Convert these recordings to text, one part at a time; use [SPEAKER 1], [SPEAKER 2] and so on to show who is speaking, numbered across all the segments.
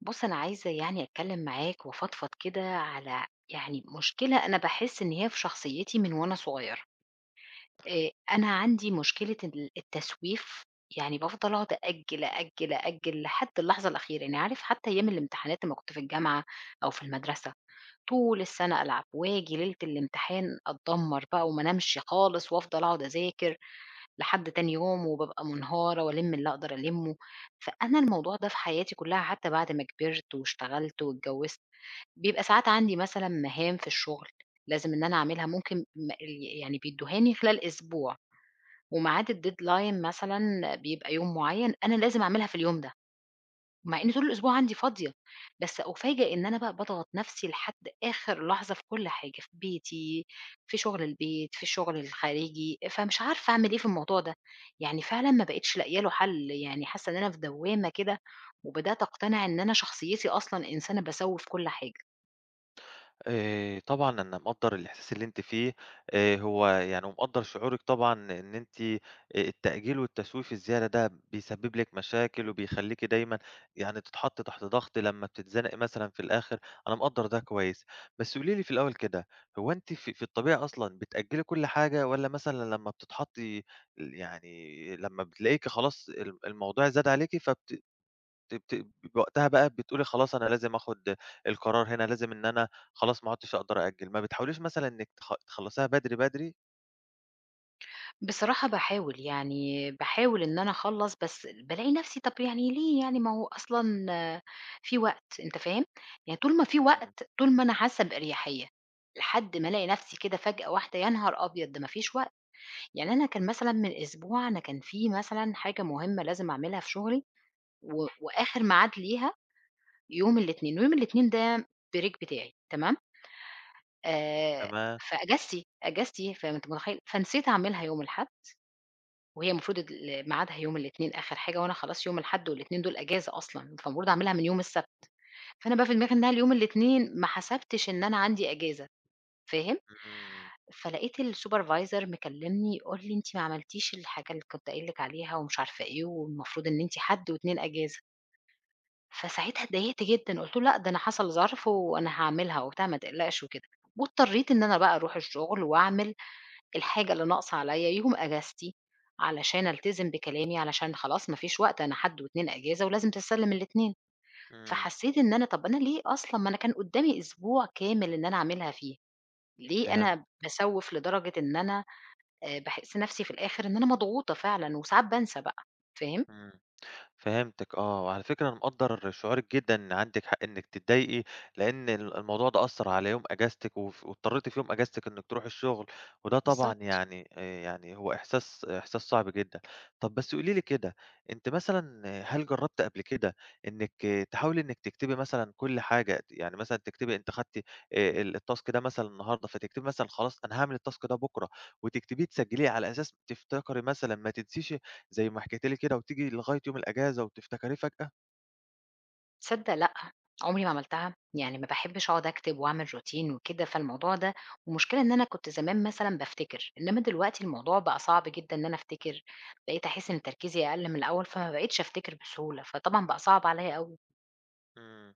[SPEAKER 1] بُص، أنا عايزة يعني أتكلّم معاك وأفضفض كده على يعني مشكلة أنا باحس إن هي في شخصيتي من وأنا صغيرة. أنا عندي مشكلة التسويف، يعني بافضل أقعد أأجّل، أأجّل، أأجّل لحد اللحظة الأخيرة. يعني عارف حتّى أيام الامتحانات لمّا كنت في الجامعة أو في المدرسة، طول السَنة ألعب وآجي ليلة الامتحان أتدمّر بقى وما أنامش خالص وأفضل أقعد أذاكر. لحد تاني يوم وبابقى منهارة وألِم اللي أقدر ألِمّه، فأنا الموضوع ده في حياتي كلّها حتى بعد ما كبرت واشتغلت واتجوّزت، بيبقى ساعات عندي مثلًا مهام في الشغل لازم إن أنا أعملها ممكن م ال يعني بيدّوها لي خلال أسبوع وميعاد الdeadline مثلًا بيبقى يوم معيّن، أنا لازم أعملها في اليوم ده. مع إن طول الأسبوع عندي فاضية، بس أُفاجأ إن أنا بقى باضغط نفسي لحد آخر لحظة في كل حاجة، في بيتي، في شغل البيت، في الشغل الخارجي، فمش عارفة أعمل إيه في الموضوع ده، يعني فعلًا ما بقيتش لاقية له حل، يعني حاسة إن أنا في دوّامة كده، وبدأت أقتنع إن أنا شخصيتي أصلًا إنسانة باسوّي في كل حاجة.
[SPEAKER 2] طبعًا أنا مقدّر الإحساس اللي أنتِ فيه، هو يعني ومقدّر شعورِك طبعًا إن أنتِ التأجيل والتسويف الزيادة ده بيسبب لِك مشاكل وبيخلّيكِ دايمًا يعني تتحطّي تحت ضغط لمّا بتتزنقي مثلًا في الآخر، أنا مقدّر ده كويس. بس قولي لي في الأول كده، هو أنتِ في الطبيعة أصلًا بتأجّلي كل حاجة والّا مثلًا لمّا بتتحطّي يعني لمّا بتلاقيكِ خلاص الموضوع زاد عليكِ فبت بت بت وقتها بقى بتقولي خلاص أنا لازم آخُد القرار هنا، لازم إن أنا خلاص ما عُدتش أقدر أأجّل، ما بتحاوليش مثلًا إنِّك تخلّصيها بدري، بدري؟
[SPEAKER 1] بصراحة باحاول، يعني باحاول إن أنا أخلّص، بس بالاقي نَفْسي طَب يعني ليه يعني ما هو أصلًا آه، في وقت، أنت فاهم؟ يعني طول ما في
[SPEAKER 2] إمم،
[SPEAKER 1] وقت، طول ما أنا حاسّة بأريحية، لحد ما ألاقي نَفْسي كده فجأة واحدة يا نهار أبيض! ده ما فيش وقت، يعني أنا كان مثلًا من أسبوع أنا كان في مثلًا حاجة مهمة لازم أعملها في شغلي وآخر ميعاد ليها يوم الإتنين، ويوم الإتنين ده break بتاعي تمام؟ آآ،
[SPEAKER 2] تمام،
[SPEAKER 1] فأجازتي، أجازتي فأنت متخيّل؟ فنسيت أعملها يوم الأحد وهي المفروض ميعادها يوم الإتنين آخر حاجة، وأنا خلاص يوم الحد والإتنين دول أجازة أصلًا، فالمفروض أعملها من يوم السبت، فأنا بقى في دماغي إنها اليوم الإتنين ما حسبتش إن أنا عندي أجازة، فاهم؟
[SPEAKER 2] إمم،
[SPEAKER 1] فلقيت الsupervisor مكلمني يقول لي: "أنتِ ما عملتيش الحاجة اللي كنت قايل لِك عليها ومش عارفة إيه، والمفروض إن أنتِ حد و2 أجازة." فساعتها اتضايقت جدًا، قُلت له: "لأ، ده أنا حصل ظرف وأنا هاعملها وبتاع ما تقلقش وكده." واضطريت إن أنا بقى أروح الشغل وأعمل الحاجة اللي ناقصة عليَّ يوم أجازتي، علشان ألتزم بكلامي، علشان خلاص ما فيش وقت أنا حد و2 أجازة ولازم تتسلم الاتنين،
[SPEAKER 2] إمم،
[SPEAKER 1] فحسيت إن أنا طب أنا ليه أصلًا ما أنا كان قدامي أسبوع كامل إن أنا أعملها فيه، ليه
[SPEAKER 2] فهمت،
[SPEAKER 1] أنا باسوّف لدرجة إن أنا باحس نفسي في الآخر إن أنا مضغوطة فعلًا وساعات بانسى بقى، فاهم؟
[SPEAKER 2] إمم. فهمتِك آه، وعلى فكرة أنا مقدّر شعورِك جدًا إن عندِك حق إنِّك تتضايقي، لإن الموضوع ده أثّر على يوم إجازتِك واضطريتِ في يوم إجازتِك إنِّك تروحي الشغل، وده طبعًا
[SPEAKER 1] بالضبط.
[SPEAKER 2] يعني يعني هو إحساس صعب جدًا. طَب بس قولي لي كده، أنتِ مثلًا آه، هل جرّبتِ قبل كده إنِّك آه، تحاولي إنِّك تكتبي مثلًا كل حاجة، يعني مثلًا تكتبي أنتِ خدتِ الtask ده مثلًا النهارده، فتكتبي مثلًا خلاص أنا هاعمل الtask ده بُكرة وتكتبيه تسجّليه على أساس تفتكري مثلًا ما تنسيش زي ما حكيتِ لي كده وتيجي لغاية يوم الأجازة وتفتكريه فجأة،
[SPEAKER 1] تصدق لأ، عمري ما عملتها، يعني ما باحبش أقعد أكتب وأعمل routine وكده، فالموضوع ده والمشكلة إن أنا كنت زمان مثلًا بافتكر، إنما دلوقتي الموضوع بقى صعب جدًا إن أنا أفتكر، بقيت أحس إن تركيزي أقل من الأول، فما بقيتش أفتكر بسهولة، فطبعًا بقى صعب عليّا أوي.
[SPEAKER 2] إمم.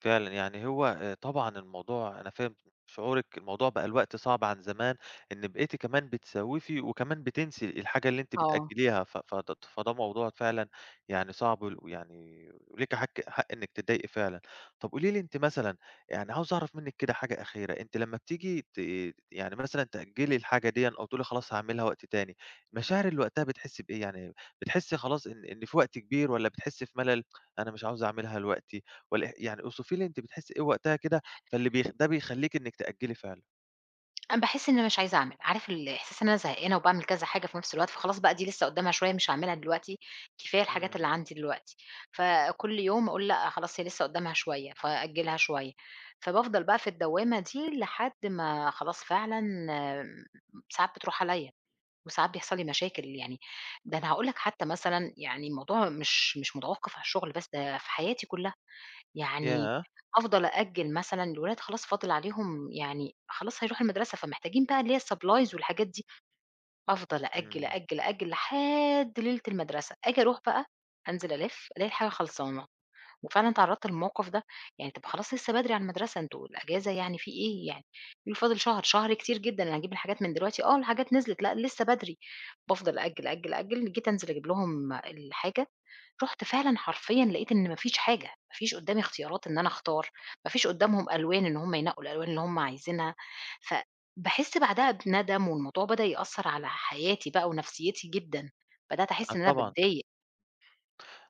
[SPEAKER 2] فعلًا، يعني هو طبعًا الموضوع أنا فاهم شعورِك، الموضوع بقى الوقت صعب عن زمان، إن بقيتِ كمان بتسوّفي وكمان بتنسي الحاجة اللي أنتِ
[SPEAKER 1] آه.
[SPEAKER 2] بتأجّليها، ف فد فده موضوع فعلًا يعني صعب ويعني وليكِ حق إنِّك تتضايقي فعلًا. طَب قولي لي أنتِ مثلًا يعني عاوز أعرف منِّك كده حاجة أخيرة، أنتِ لمّا بتيجي يعني مثلًا تأجّلي الحاجة ديًا أو تقولي خلاص هاعملها وقت تاني، مشاعر اللي وقتها بتحسّي بإيه؟ يعني بتحسّي خلاص إن في وقت كبير والّا بتحسّي في ملل، أنا مش عاوزة أعملها دلوقتي؟ يعني اوصفي لي أنتِ بتحسّي إيه وقتها كده، فاللي ده بيخلّيكِ إنِّك تأجّلي فعلًا.
[SPEAKER 1] أنا باحس إن أنا مش عايزة أعمل، عارف الإحساس إن أنا زهقانة وباعمل كذا حاجة في نفس الوقت، فخلاص بقى دي لسه قدامها شوية مش هاعملها دلوقتي، كفاية الحاجات
[SPEAKER 2] إمم.
[SPEAKER 1] اللي عندي دلوقتي، فكل يوم أقول لأ خلاص هي لسه قدامها شوية، فأأجلها شوية، فبافضل بقى في الدوامة دي لحد ما خلاص فعلًا آم، ساعات بتروح عليَّ، وساعات بيحصل لي مشاكل يعني، ده أنا هاقول لك حتى مثلًا يعني الموضوع مش متوقف على الشغل بس، ده في حياتي كلها. يعني
[SPEAKER 2] ياه!
[SPEAKER 1] أفضل أأجّل مثلًا، الولاد خلاص فاضل عليهم يعني خلاص هيروحوا المدرسة، فمحتاجين بقى اللي هي الsupplies والحاجات دي، أفضل أأجّل،
[SPEAKER 2] إمم.
[SPEAKER 1] أأجّل، أأجّل لحد ليلة المدرسة، آجي أروح بقى أنزل ألِف، ألاقي الحاجة خلصانة. وفعلًا تعرّضت للموقف ده، يعني طب خلاص لسه بدري على المدرسة، أنتم الأجازة يعني في إيه يعني؟ يقولوا فاضل شهر، شهر كتير جدًا أنا هاجيب الحاجات من دلوقتي، آه الحاجات نزلت، لأ لسه بدري، بافضل أأجّل، أأجّل، أأجّل، جيت أنزل أجيب لهم الحاجة، رُحت فعلًا حرفيًا لقيت إن ما فيش حاجة، ما فيش قدّامي اختيارات إن أنا أختار، ما فيش قدّامهم ألوان إن هم ينقّوا الألوان اللي هم عايزينها، فباحس بعدها بندم والموضوع بدأ يأثّر على حياتي بقى ونفسيتي جدًا، بدأت
[SPEAKER 2] آه
[SPEAKER 1] أحس إن أنا
[SPEAKER 2] طبعًا.
[SPEAKER 1] باتضايق.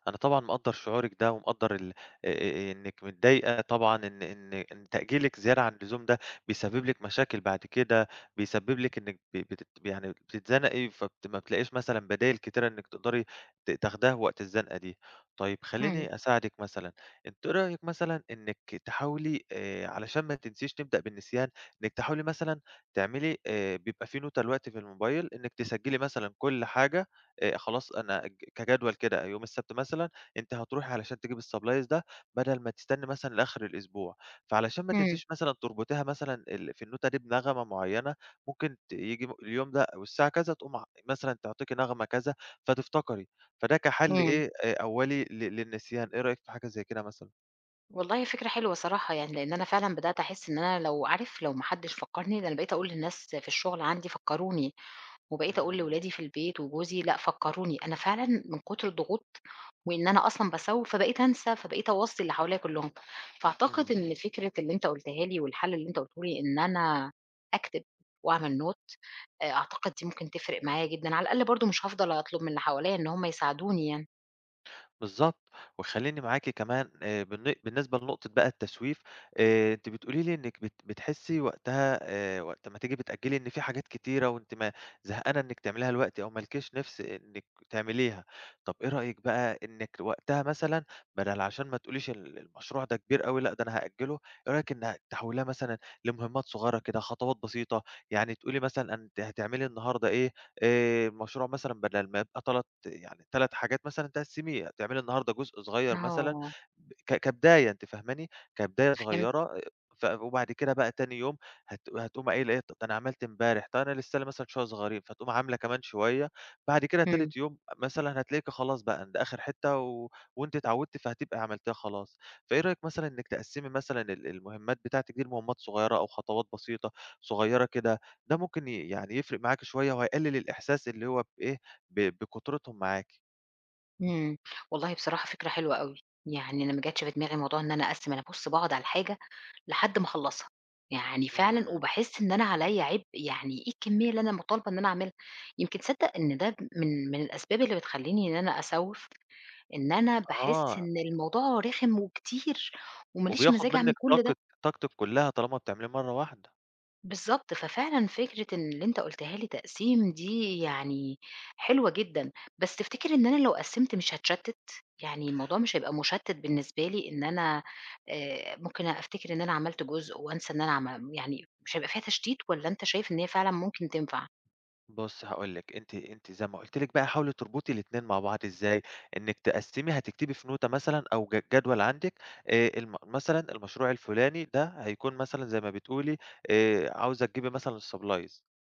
[SPEAKER 2] أنا طبعًا مقدّر شعورِك ده ومقدّر ال إنِّك متضايقة طبعًا إن تأجيلِك زيادة عن اللزوم ده بيسبب لِك مشاكل بعد كده، بيسبب لِك إنِّك ب بتت يعني بتتزنقي ما بتلاقيش مثلًا بدايل كتيرة إنِّك تقدري تاخديها وقت الزنقة دي. طيب
[SPEAKER 1] إمم،
[SPEAKER 2] خلّيني أساعدِك مثلًا، أنتِ إيه رأيِك مثلًا إنِّك تحاولي علشان ما تنسيش نبدأ بالنسيان، إنِّك تحاولي مثلًا تعملي بيبقى في نوتة دلوقتي في الموبايل إنِّك تسجّلي مثلًا كل حاجة خلاص أنا كجدول كده يوم السبت مثلًا أنتِ هتروحي علشان تجيبي الsupplies ده بدل ما تستني مثلًا لآخر الأسبوع، فعلشان ما
[SPEAKER 1] إمم،
[SPEAKER 2] تنسيش مثلًا تربطيها مثلًا ال في النوتة دي بنغمة معيّنة ممكن ييجي اليوم ده والساعة كذا تقوم مثلًا تعطيكِ نغمة كذا فتفتكري، فده كحل
[SPEAKER 1] إمم.
[SPEAKER 2] إيه أولي للنسيان، إيه رأيِك في حاجة زي كده مثلًا؟
[SPEAKER 1] والله فكرة حلوة صراحة يعني، لإن أنا فعلًا بدأت أحس إن أنا لو عارف لو ما حدش فكّرني، ده أنا بقيت أقول للناس في الشغل عندي فكّروني، وبقيت أقول
[SPEAKER 2] إمم،
[SPEAKER 1] لولادي في البيت وجوزي لأ فكّروني، أنا فعلًا من كتر الضغوط وإن أنا أصلًا باسوّف، فبقيت أنسى، فبقيت أوصّي اللي حواليّا كلّهم. فأعتقد
[SPEAKER 2] إمم.
[SPEAKER 1] إن فكرة اللي أنت قُلتها لي والحل اللي أنت قُلته لي إن أنا أكتب وأعمل note أعتقد دي ممكن تفرق معايا جدًا، على الأقل برضه مش هافضل أطلب من اللي حواليّا إن هم يساعدوني يعني.
[SPEAKER 2] بالضبط، وخلّيني معاكِ كمان بالنسبة لنقطة بقى التسويف، أنتِ بتقولي لي إنِّك بتحسّي وقتها وقت ما تيجي بتأجّلي إن في حاجات كتيرة وأنتِ ما زهقانة إنِّك تعمليها دلوقتي أو ما لكيش نِفْس إنِّك تعمليها، طَب إيه رأيِك بقى إنِّك وقتها مثلًا بدل عشان ما تقوليش المشروع ده كبير أوي لأ، ده أنا هأجّله، إيه رأيِك إنِّك تحوّليها مثلًا لمهمات صغيرة كده، خطوات بسيطة، يعني تقولي مثلًا أنتِ هتعملي النهارده إيه مشروع مثلًا بدل ما يبقى 3 يعني 3 حاجات مثلًا تقسّميه، تعملي النهارده جزء صغير مثلًا
[SPEAKER 1] آه،
[SPEAKER 2] ب ك كبداية أنتِ فاهماني، كبداية
[SPEAKER 1] فهمتك،
[SPEAKER 2] صغيرة وبعد كده بقى تاني يوم هتقومي قايلة إيه، طب ده أنا عملت امبارح، طب أنا لسه لي مثلًا شوية صغيرين، فتقومي عاملة كمان شوية، بعد كده
[SPEAKER 1] إمم.
[SPEAKER 2] تالت يوم مثلًا هتلاقيكِ خلاص بقى ده آخر حتة و وأنتِ اتعودتِ فهتبقي عملتيها خلاص. فإيه رأيِك مثلًا إنِّك تقسّمي مثلًا المهمات بتاعتِك دي لمهمات صغيرة أو خطوات بسيطة، صغيرة كده ده ممكن يعني يفرق معاكِ شوية وهيقلل الإحساس اللي هو بإيه، بكترتهم معاكِ.
[SPEAKER 1] إمم. والله بصراحة فكرة حلوة أوي. يعني أنا ما جاتش في دماغي موضوع إن أنا أقسّم، أنا بُص باقعد على الحاجة لحد ما أخلّصها. يعني فعلًا
[SPEAKER 2] إمم،
[SPEAKER 1] وباحس إن أنا عليّا عبء، يعني إيه الكمّية اللي أنا مطالبة إن أنا أعملها؟ يمكن تصدّق إن ده من الأسباب اللي بتخلّيني إن أنا أسوّف، إن أنا باحس
[SPEAKER 2] آه،
[SPEAKER 1] إن الموضوع رخم وكتير وما ليش
[SPEAKER 2] وبياخد
[SPEAKER 1] مزاج
[SPEAKER 2] منِّك
[SPEAKER 1] أعمل كل ده.
[SPEAKER 2] طاقتِك كلّها طالما بتعمليه مرّة واحدة.
[SPEAKER 1] بالضبط، ففعلًا فكرة إن اللي أنت قُلتها لي تقسيم دي يعني حلوة جدًا، بس تفتكر إن أنا لو قسّمت مش هاتشتّت؟ يعني الموضوع مش هيبقى مُشتِّت بالنسبة لي إن أنا ممكن أفتكر إن أنا عملت جزء وأنسى إن أنا عم يعني مش هيبقى فيها تشتيت والّا أنت شايف إن هي فعلًا ممكن تنفع؟
[SPEAKER 2] بُصّي هاقول لِك، أنتِ زي ما قُلت لِك بقى حاولي تربطي الاتنين مع بعض إزاي، إنِّك تقسّمي هتكتبي في نوتة مثلًا أو جدول عندِك مثلًا المشروع الفلاني ده هيكون مثلًا زي ما بتقولي عاوزة تجيبي مثلًا الsupplies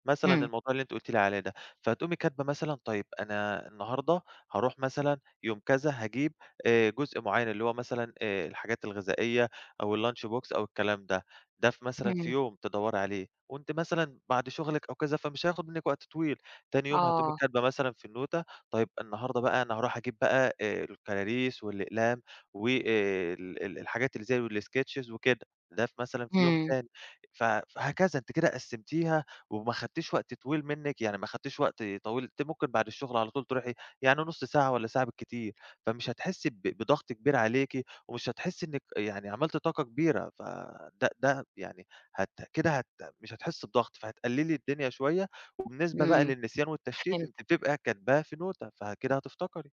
[SPEAKER 2] مثلًا
[SPEAKER 1] إمم،
[SPEAKER 2] الموضوع اللي أنتِ قُلتِ لي عليه ده، فتقومي كاتبة مثلًا طيب أنا النهارده هاروح مثلًا يوم كذا هاجيب جزء معيّن اللي هو مثلًا الحاجات الغذائية أو الlunch box أو الكلام ده، ده في مثلًا في
[SPEAKER 1] إمم،
[SPEAKER 2] يوم تدوّري عليه. وأنتِ مثلًا بعد شغلِك أو كذا، فمش هياخد منِّك وقت طويل، تاني يوم هتقومي
[SPEAKER 1] آه،
[SPEAKER 2] كاتبة مثلًا في النوتة، طيب النهارده بقى أنا هاروح أجيب بقى الكراريس والأقلام و ال ال الحاجات اللي زي الsketches وكده، ده في مثلًا في يوم
[SPEAKER 1] إمم،
[SPEAKER 2] تاني، فهكذا، أنتِ كده قسّمتيها وما خدتيش وقت طويل منِّك، يعني ما خدتيش وقت طويل، أنتِ ممكن بعد الشغل على طول تروحي يعني نُص ساعة والّا ساعة بالكتير، فمش هتحسّي بضغط كبير عليكِ ومش هتحسّي إنِّك يعني عملتِ طاقة كبيرة، فده ده يعني هت كده هت مش هتحسّي بضغط، فهتقلّلي الدنيا شوية، وبالنسبة بقى
[SPEAKER 1] إمم،
[SPEAKER 2] للنسيان والتشتيت أنتِ
[SPEAKER 1] فهمتك.
[SPEAKER 2] بتبقى كاتباها في نوتة، فكده هتفتكري.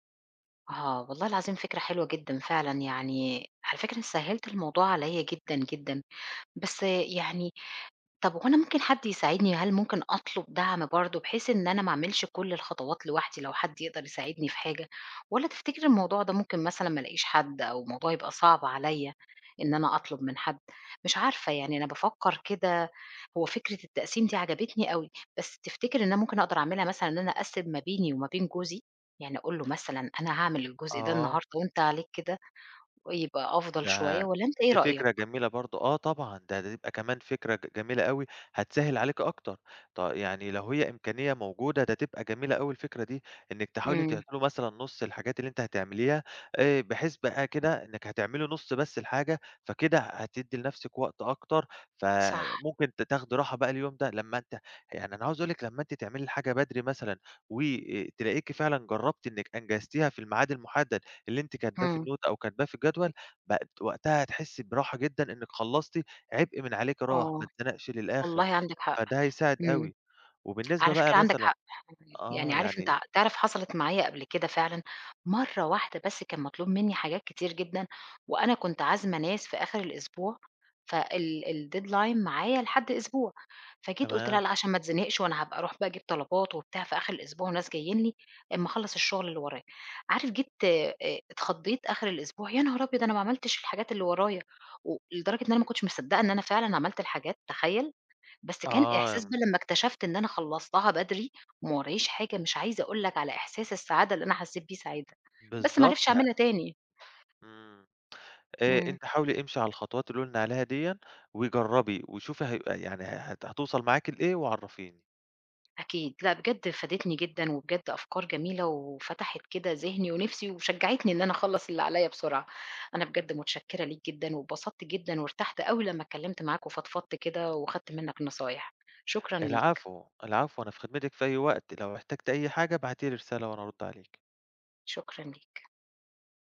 [SPEAKER 1] آه، والله العظيم فكرة حلوة جدًا فعلًا، يعني على فكرة سهّلت الموضوع عليّا جدًا، جدًا، بس يعني طب وهو أنا ممكن حد يساعدني، هل ممكن أطلب دعم برضه بحيث إن أنا ما أعملش كل الخطوات لوحدي لو حد يقدر يساعدني في حاجة، والّا تفتكري الموضوع ده ممكن مثلًا ما الاقيش حد أو الموضوع يبقى صعب عليّا إن أنا أطلب من حد؟ مش عارفة يعني أنا بافكّر كده هو فكرة التقسيم دي عجبتني أوي، بس تفتكري إن أنا ممكن أقدر أعملها مثلًا إن أنا أقسّم ما بيني وما بين جوزي؟ يعني أقول له مثلًا أنا هاعمل الجزء ده
[SPEAKER 2] آه.
[SPEAKER 1] النهارده وأنت عليك كده، ويبقى أفضل شوية
[SPEAKER 2] ده
[SPEAKER 1] والّا أنت إيه
[SPEAKER 2] دي
[SPEAKER 1] رأيك؟
[SPEAKER 2] فكرة جميلة برضه، آه طبعًا، ده تبقى كمان فكرة جميلة أوي، هتسهِّل عليكِ أكتر، يعني لو هي إمكانية موجودة، ده تبقى جميلة أوي الفكرة دي، إنِّك تحاولي
[SPEAKER 1] إمم،
[SPEAKER 2] تعطلوا مثلًا نُص الحاجات اللي أنتِ هتعمليها، بحيث بقى كده إنِّك هتعملي نُص بس الحاجة، فكده هتدّي لنفسِك وقت أكتر،
[SPEAKER 1] صح،
[SPEAKER 2] فممكن تاخدي راحة بقى اليوم ده لمّا أنت يعني أنا عاوز أقول لِك لمّا أنتِ تعملي الحاجة بدري مثلًا و تلاقيكِ فعلًا جرّبتِ إنِّك أنجزتيها في الميعاد المُحدد اللي أنتِ كاتباه في
[SPEAKER 1] إمم،
[SPEAKER 2] الnote أو كاتباه في الجدول بقت وقتها هتحسّي براحة جدًا إنِّك خلّصتِ، عبء من عليكِ راح، ما
[SPEAKER 1] آه.
[SPEAKER 2] اتزنقش للآخر،
[SPEAKER 1] والله عندِك حق،
[SPEAKER 2] فده هيساعد
[SPEAKER 1] إمم،
[SPEAKER 2] أوي. وبالنسبة
[SPEAKER 1] على
[SPEAKER 2] بقى
[SPEAKER 1] فكرة عندِك
[SPEAKER 2] مثلًا
[SPEAKER 1] حق، يعني
[SPEAKER 2] آه،
[SPEAKER 1] عارف
[SPEAKER 2] يعني
[SPEAKER 1] أنت تعرف حصلت معايا قبل كده فعلًا، مرّة واحدة بس كان مطلوب مني حاجات كتير جدًا، وأنا كنت عازمة ناس في آخر الأسبوع، فال الdeadline معايا لحد أسبوع، فجيت قُلت
[SPEAKER 2] تمام،
[SPEAKER 1] لا، لا عشان ما اتزنقش وأنا هابقى أروح بقى أجيب طلبات وبتاع في آخر الأسبوع وناس جايين لي، أمّا أخلّص الشغل اللي ورايا، عارف جيت، اتخضيت آخر الأسبوع يا نهار أبيض! أنا ما عملتش الحاجات اللي ورايا، و لدرجة إن أنا ما كنتش مصدقة إن أنا فعلًا عملت الحاجات، تخيّل! بس كان
[SPEAKER 2] آه،
[SPEAKER 1] إحساس بقى لمّا اكتشفت إن أنا خلّصتها بدري وما وراييش حاجة، مش عايزة أقول لك على إحساس السعادة اللي أنا حسّيت بيه ساعتها، بس ما عرفتش
[SPEAKER 2] بالضبط
[SPEAKER 1] أعملها تاني.
[SPEAKER 2] إمم،
[SPEAKER 1] إمم،
[SPEAKER 2] أنتِ حاولي امشي على الخطوات اللي قُلنا عليها ديًّا وجرّبي وشوفي هيبقى يعني هتوصل معاكِ لإيه وعرّفيني.
[SPEAKER 1] أكيد، لأ بجد فادتني جدًا وبجد أفكار جميلة وفتحت كده ذهني ونِفسي وشجّعتني إن أنا أخلّص اللي عليّا بسرعة. أنا بجد متشكّرة ليك جدًا واتبسطت جدًا وارتحت أوي لمّا اتكلّمت معاك وفضفضت كده وخدت منّك نصايح. شكرًا ليك،
[SPEAKER 2] العفو، العفو، أنا في خدمتِك في أي وقت، لو احتجتِ أي حاجة ابعتي لي رسالة وأنا أرُد عليكِ.
[SPEAKER 1] شكرًا ليك.